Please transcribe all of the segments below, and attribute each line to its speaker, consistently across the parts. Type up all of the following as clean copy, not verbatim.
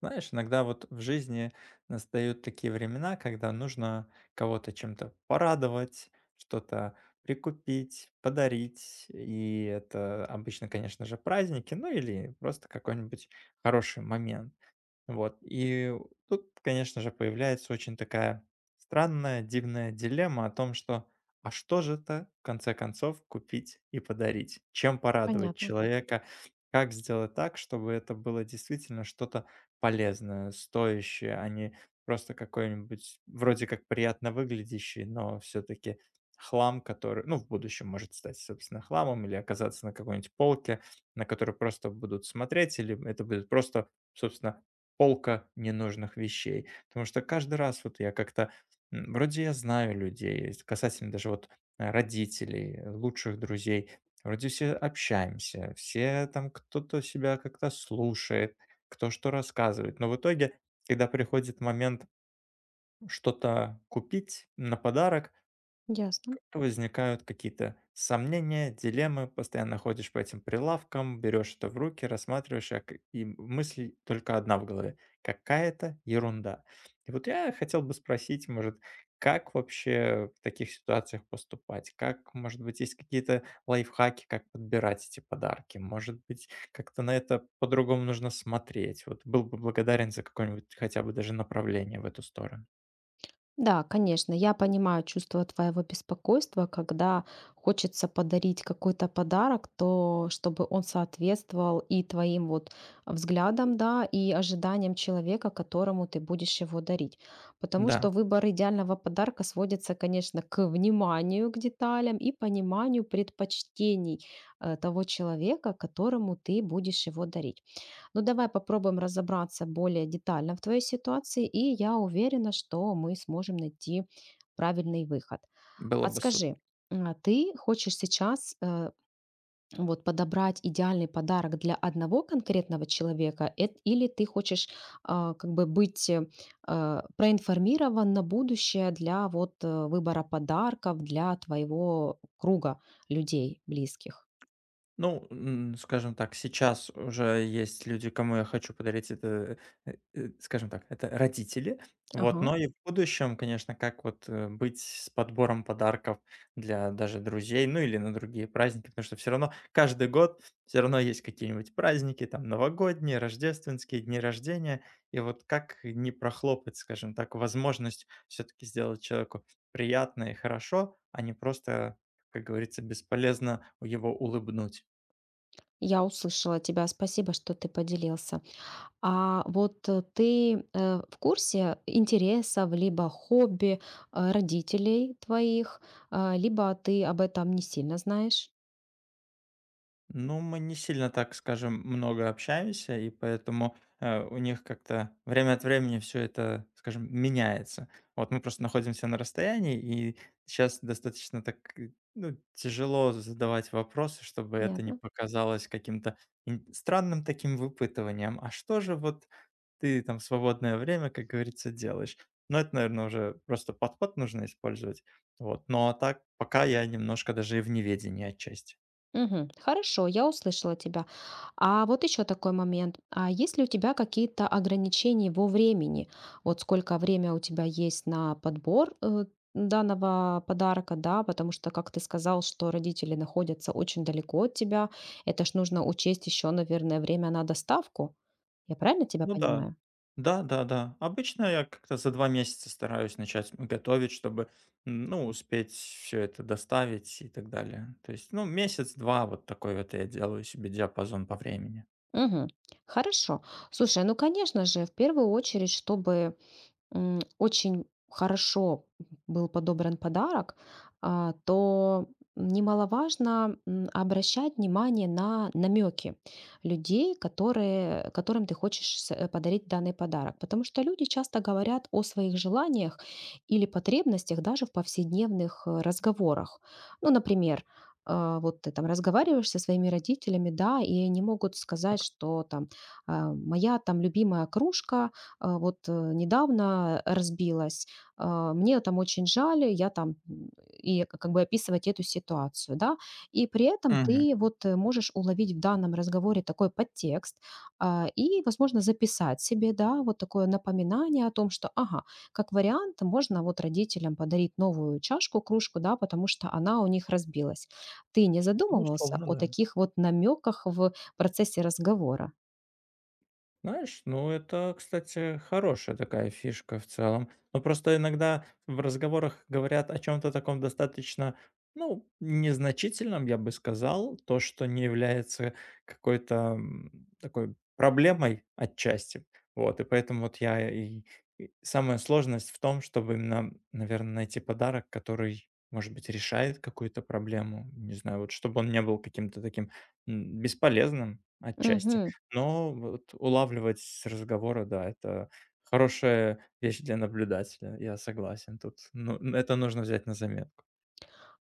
Speaker 1: Знаешь, иногда вот в жизни настают такие времена, когда нужно кого-то чем-то порадовать, что-то прикупить, подарить. И это обычно, конечно же, праздники, ну или просто какой-нибудь хороший момент. Вот. И тут, конечно же, появляется очень такая странная, дивная дилемма о том, что а что же это, в конце концов, купить и подарить? Чем порадовать
Speaker 2: Понятно,
Speaker 1: человека? Как сделать так, чтобы это было действительно что-то полезное, стоящее, а не просто какой-нибудь вроде как приятно выглядящий, но все-таки хлам, который, ну, в будущем может стать, собственно, хламом или оказаться на какой-нибудь полке, на которую просто будут смотреть, или это будет просто, собственно, полка ненужных вещей. Потому что каждый раз вот я как-то, вроде я знаю людей, касательно даже вот родителей, лучших друзей, вроде все общаемся, все там кто-то себя как-то слушает, кто что рассказывает. Но в итоге, когда приходит момент что-то купить на подарок,
Speaker 2: ясно.
Speaker 1: возникают какие-то сомнения, дилеммы, постоянно ходишь по этим прилавкам, берешь это в руки, рассматриваешь, и мысль только одна в голове. Какая-то ерунда. И вот я хотел бы спросить, может, как вообще в таких ситуациях поступать? Как, может быть, есть какие-то лайфхаки, как подбирать эти подарки? Может быть, как-то на это по-другому нужно смотреть? Вот был бы благодарен за какое-нибудь хотя бы даже направление в эту сторону.
Speaker 2: Да, конечно, я понимаю чувство твоего беспокойства, когда хочется подарить какой-то подарок, то чтобы он соответствовал и твоим вот взглядам, да, и ожиданиям человека, которому ты будешь его дарить. Потому
Speaker 1: Да,
Speaker 2: что выбор идеального подарка сводится, конечно, к вниманию к деталям и пониманию предпочтений того человека, которому ты будешь его дарить. Ну, давай попробуем разобраться более детально в твоей ситуации, и я уверена, что мы сможем найти правильный выход.
Speaker 1: было
Speaker 2: А
Speaker 1: бы
Speaker 2: скажи,
Speaker 1: супер.
Speaker 2: а ты хочешь сейчас вот подобрать идеальный подарок для одного конкретного человека, или ты хочешь как бы быть проинформирован на будущее для вот выбора подарков для твоего круга людей близких?
Speaker 1: Ну, скажем так, сейчас уже есть люди, кому я хочу подарить это, скажем так, это родители. Вот,
Speaker 2: Ага.
Speaker 1: но и в будущем, конечно, как вот быть с подбором подарков для даже друзей, ну или на другие праздники, потому что все равно каждый год все равно есть какие-нибудь праздники, там новогодние, рождественские, дни рождения, и вот как не прохлопать, скажем так, возможность все-таки сделать человеку приятно и хорошо, а не просто, как говорится, бесполезно его улыбнуть.
Speaker 2: Я услышала тебя. Спасибо, что ты поделился. А вот ты в курсе интересов либо хобби родителей твоих, либо ты об этом не сильно знаешь?
Speaker 1: Ну, мы не сильно, так скажем, много общаемся, и поэтому у них как-то время от времени все это, скажем, меняется. Вот мы просто находимся на расстоянии, и сейчас достаточно так ну, тяжело задавать вопросы, чтобы это не
Speaker 2: Понятно.
Speaker 1: показалось каким-то странным таким выпытыванием. А что же вот ты там в свободное время, как говорится, делаешь? Ну, это, наверное, уже просто подход нужно использовать. Вот. Но а так пока я немножко даже и в неведении отчасти.
Speaker 2: Мгм. Хорошо, я услышала тебя. А вот еще такой момент. А есть ли у тебя какие-то ограничения во времени? Вот сколько время у тебя есть на подбор данного подарка, да, потому что, как ты сказал, что родители находятся очень далеко от тебя, это ж нужно учесть еще, наверное, время на доставку. Я правильно тебя
Speaker 1: Ну да.
Speaker 2: понимаю?
Speaker 1: Да-да-да. Обычно я как-то за 2 месяца стараюсь начать готовить, чтобы, ну, успеть все это доставить и так далее. То есть, ну, месяц-два вот такой вот я делаю себе диапазон по времени.
Speaker 2: Мгм. Хорошо. Слушай, ну, конечно же, в первую очередь, чтобы очень хорошо был подобран подарок, то немаловажно обращать внимание на намеки людей, которые, которым ты хочешь подарить данный подарок. Потому что люди часто говорят о своих желаниях или потребностях даже в повседневных разговорах. Ну, например, вот ты там разговариваешь со своими родителями, да, и они могут сказать, что там моя там любимая кружка, недавно разбилась, мне там очень жаль, я там как бы описывать эту ситуацию, да, и при этом
Speaker 1: Мгм.
Speaker 2: ты вот можешь уловить в данном разговоре такой подтекст и, возможно, записать себе, да, вот такое напоминание о том, что, ага, как вариант можно вот родителям подарить новую чашку, кружку, да, потому что она у них разбилась. Ты не
Speaker 1: Ну,
Speaker 2: задумывался
Speaker 1: условно,
Speaker 2: о
Speaker 1: да.
Speaker 2: таких вот намеках в процессе разговора?
Speaker 1: Знаешь, ну это, кстати, хорошая такая фишка в целом. Но просто иногда в разговорах говорят о чем-то таком достаточно, ну, незначительном, я бы сказал, то, что не является какой-то такой проблемой отчасти. Вот, и поэтому вот я и самая сложность в том, чтобы именно, наверное, найти подарок, который, может быть, решает какую-то проблему. Не знаю, вот чтобы он не был каким-то таким бесполезным отчасти.
Speaker 2: Мгм.
Speaker 1: Но вот улавливать с разговора, да, это хорошая вещь для наблюдателя. Я согласен тут. Ну, это нужно взять на заметку.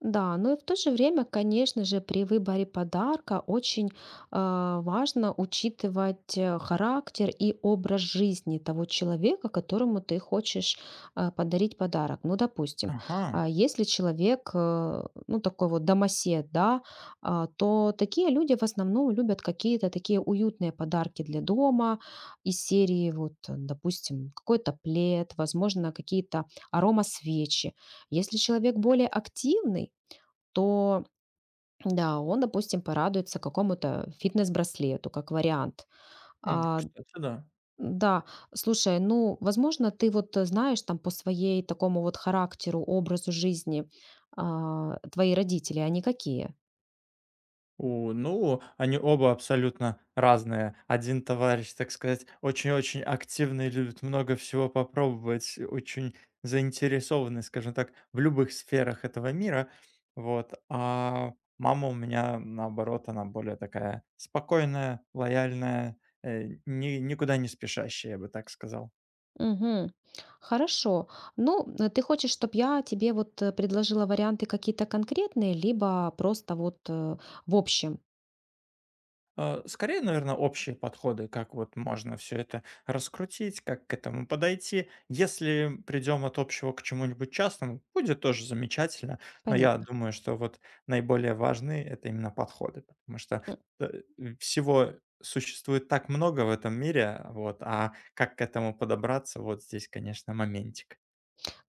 Speaker 2: Да, но и в то же время, конечно же, при выборе подарка очень важно учитывать характер и образ жизни того человека, которому ты хочешь подарить подарок. Ну, допустим,
Speaker 1: Ага,
Speaker 2: если человек, ну, такой вот домосед, да, то такие люди в основном любят какие-то такие уютные подарки для дома из серии, вот, допустим, какой-то плед, возможно, какие-то аромасвечи. Если человек более активный, то да, он, допустим, порадуется какому-то фитнес-браслету, как вариант. А,
Speaker 1: кстати, да.
Speaker 2: да, слушай, ну, возможно, ты вот знаешь там по своей такому вот характеру, образу жизни, твои родители, они какие?
Speaker 1: У, ну, они оба абсолютно разные. Один товарищ, так сказать, очень-очень активный, любит много всего попробовать, очень заинтересованный, скажем так, в любых сферах этого мира. Вот. А мама у меня, наоборот, она более такая спокойная, лояльная, никуда не спешащая, я бы так сказал.
Speaker 2: Мгм. Хорошо. Ну, ты хочешь, чтобы я тебе вот предложила варианты какие-то конкретные, либо просто вот в общем?
Speaker 1: Скорее, наверное, общие подходы, как вот можно все это раскрутить, как к этому подойти. Если придем от общего к чему-нибудь частному, будет тоже замечательно, но я
Speaker 2: Понятно.
Speaker 1: думаю, что вот это именно подходы, потому что, э, всего существует так много в этом мире, вот, а как к этому подобраться - вот здесь, конечно, моментик.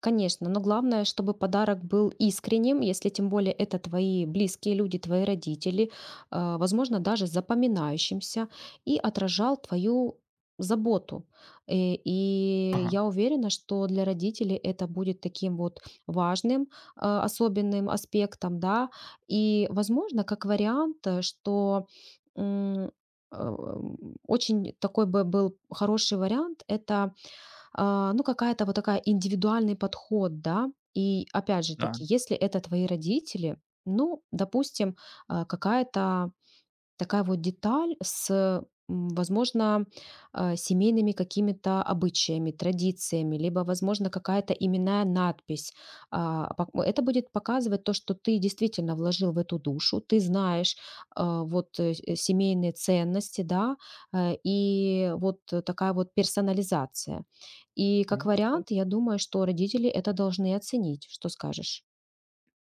Speaker 2: Конечно, но главное, чтобы подарок был искренним, если тем более это твои близкие люди, твои родители, возможно, даже запоминающимся, и отражал твою заботу. И
Speaker 1: Ага,
Speaker 2: я уверена, что для родителей это будет таким вот важным, особенным аспектом, да, и, возможно, как вариант, что м, э, м, очень такой бы был хороший вариант, это ну, какая-то вот такая индивидуальный подход, да. И опять же
Speaker 1: да.
Speaker 2: таки, если это твои родители, ну, допустим, какая-то такая вот деталь с, возможно, семейными какими-то обычаями, традициями, либо, возможно, какая-то именная надпись. Это будет показывать то, что ты действительно вложил в эту душу, ты знаешь семейные ценности, да, и вот такая вот персонализация. И как
Speaker 1: Ну,
Speaker 2: вариант, я думаю, что родители это должны оценить. Что скажешь?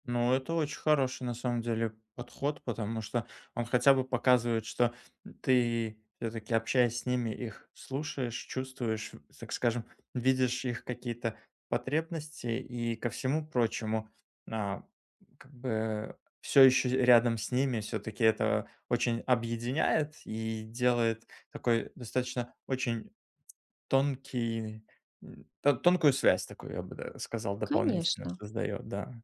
Speaker 1: Ну, это очень хороший, на самом деле, подход, потому что он хотя бы показывает, что ты все-таки, общаясь с ними, их слушаешь, чувствуешь, так скажем, видишь их какие-то потребности и ко всему прочему, а, как бы все еще рядом с ними, все-таки это очень объединяет и делает такой достаточно очень тонкий, тонкую связь такую, я бы сказал, дополнительную
Speaker 2: Конечно.
Speaker 1: создает, да.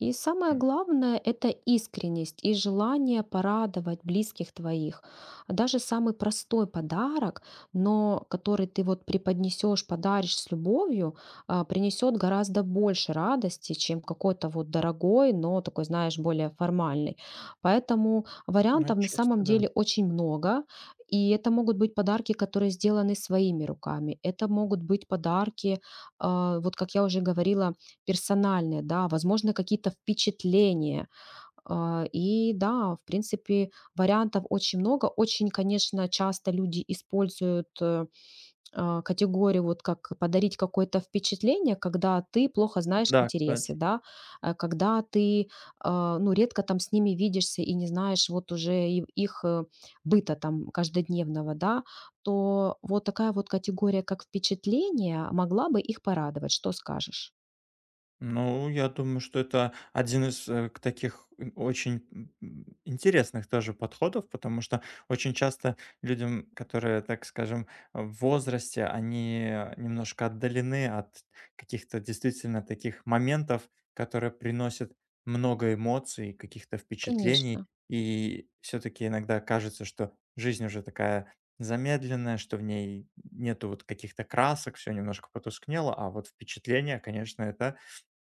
Speaker 2: И самое главное — это искренность и желание порадовать близких твоих. Даже самый простой подарок, но который ты вот преподнесешь, подаришь с любовью, принесет гораздо больше радости, чем какой-то вот дорогой, но такой, знаешь, более формальный. Поэтому
Speaker 1: На
Speaker 2: вариантов на
Speaker 1: Отчасти,
Speaker 2: самом
Speaker 1: да.
Speaker 2: деле очень много. И это могут быть подарки, которые сделаны своими руками. Это могут быть подарки, вот как я уже говорила, персональные, да, возможно, какие-то впечатления. И да, в принципе, вариантов очень много. Очень, конечно, часто люди используют категорию вот как подарить какое-то впечатление, когда ты плохо знаешь
Speaker 1: Да, кстати.
Speaker 2: интересы, да, когда ты, ну, редко там с ними видишься и не знаешь вот уже их быта там каждодневного, да, то вот такая вот категория, как впечатление, могла бы их порадовать. Что скажешь?
Speaker 1: Ну, я думаю, что это один из э, к таких очень интересных тоже подходов, потому что очень часто людям, которые, так скажем, в возрасте, они немножко отдалены от каких-то действительно таких моментов, которые приносят много эмоций, каких-то впечатлений,
Speaker 2: Конечно.
Speaker 1: и все-таки иногда кажется, что жизнь уже такая замедленная, что в ней нету вот каких-то красок, все немножко потускнело, а вот впечатления, конечно, это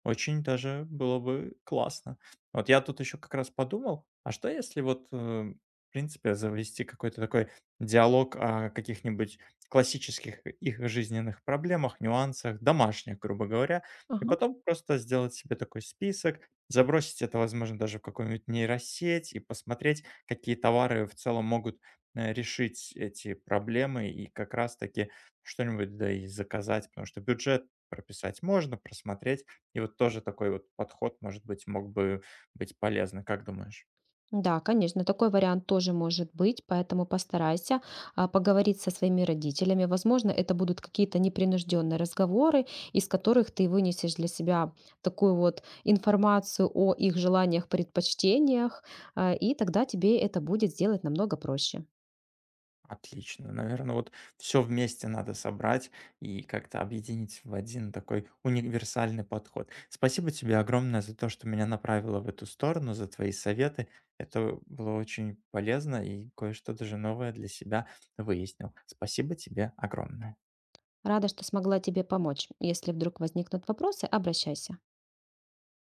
Speaker 1: очень даже было бы классно. Вот я тут еще как раз подумал, а что если вот, в принципе, завести какой-то такой диалог о каких-нибудь классических их жизненных проблемах, нюансах, домашних, грубо говоря, и
Speaker 2: Ага.
Speaker 1: потом просто сделать себе такой список, забросить это, возможно, даже в какую-нибудь нейросеть и посмотреть, какие товары в целом могут решить эти проблемы и как раз-таки что-нибудь да и заказать, потому что бюджет прописать можно, просмотреть, и вот тоже такой вот подход, может быть, мог бы быть полезный. Как думаешь?
Speaker 2: Да, конечно, такой вариант тоже может быть, поэтому постарайся поговорить со своими родителями. Возможно, это будут какие-то непринужденные разговоры, из которых ты вынесешь для себя такую вот информацию о их желаниях, предпочтениях, и тогда тебе это будет сделать намного проще.
Speaker 1: Отлично. Наверное, вот все вместе надо собрать и как-то объединить в один такой универсальный подход. Спасибо тебе огромное за то, что меня направило в эту сторону, за твои советы. Это было очень полезно и кое-что даже новое для себя выяснил. Спасибо тебе огромное.
Speaker 2: Рада, что смогла тебе помочь. Если вдруг возникнут вопросы, обращайся.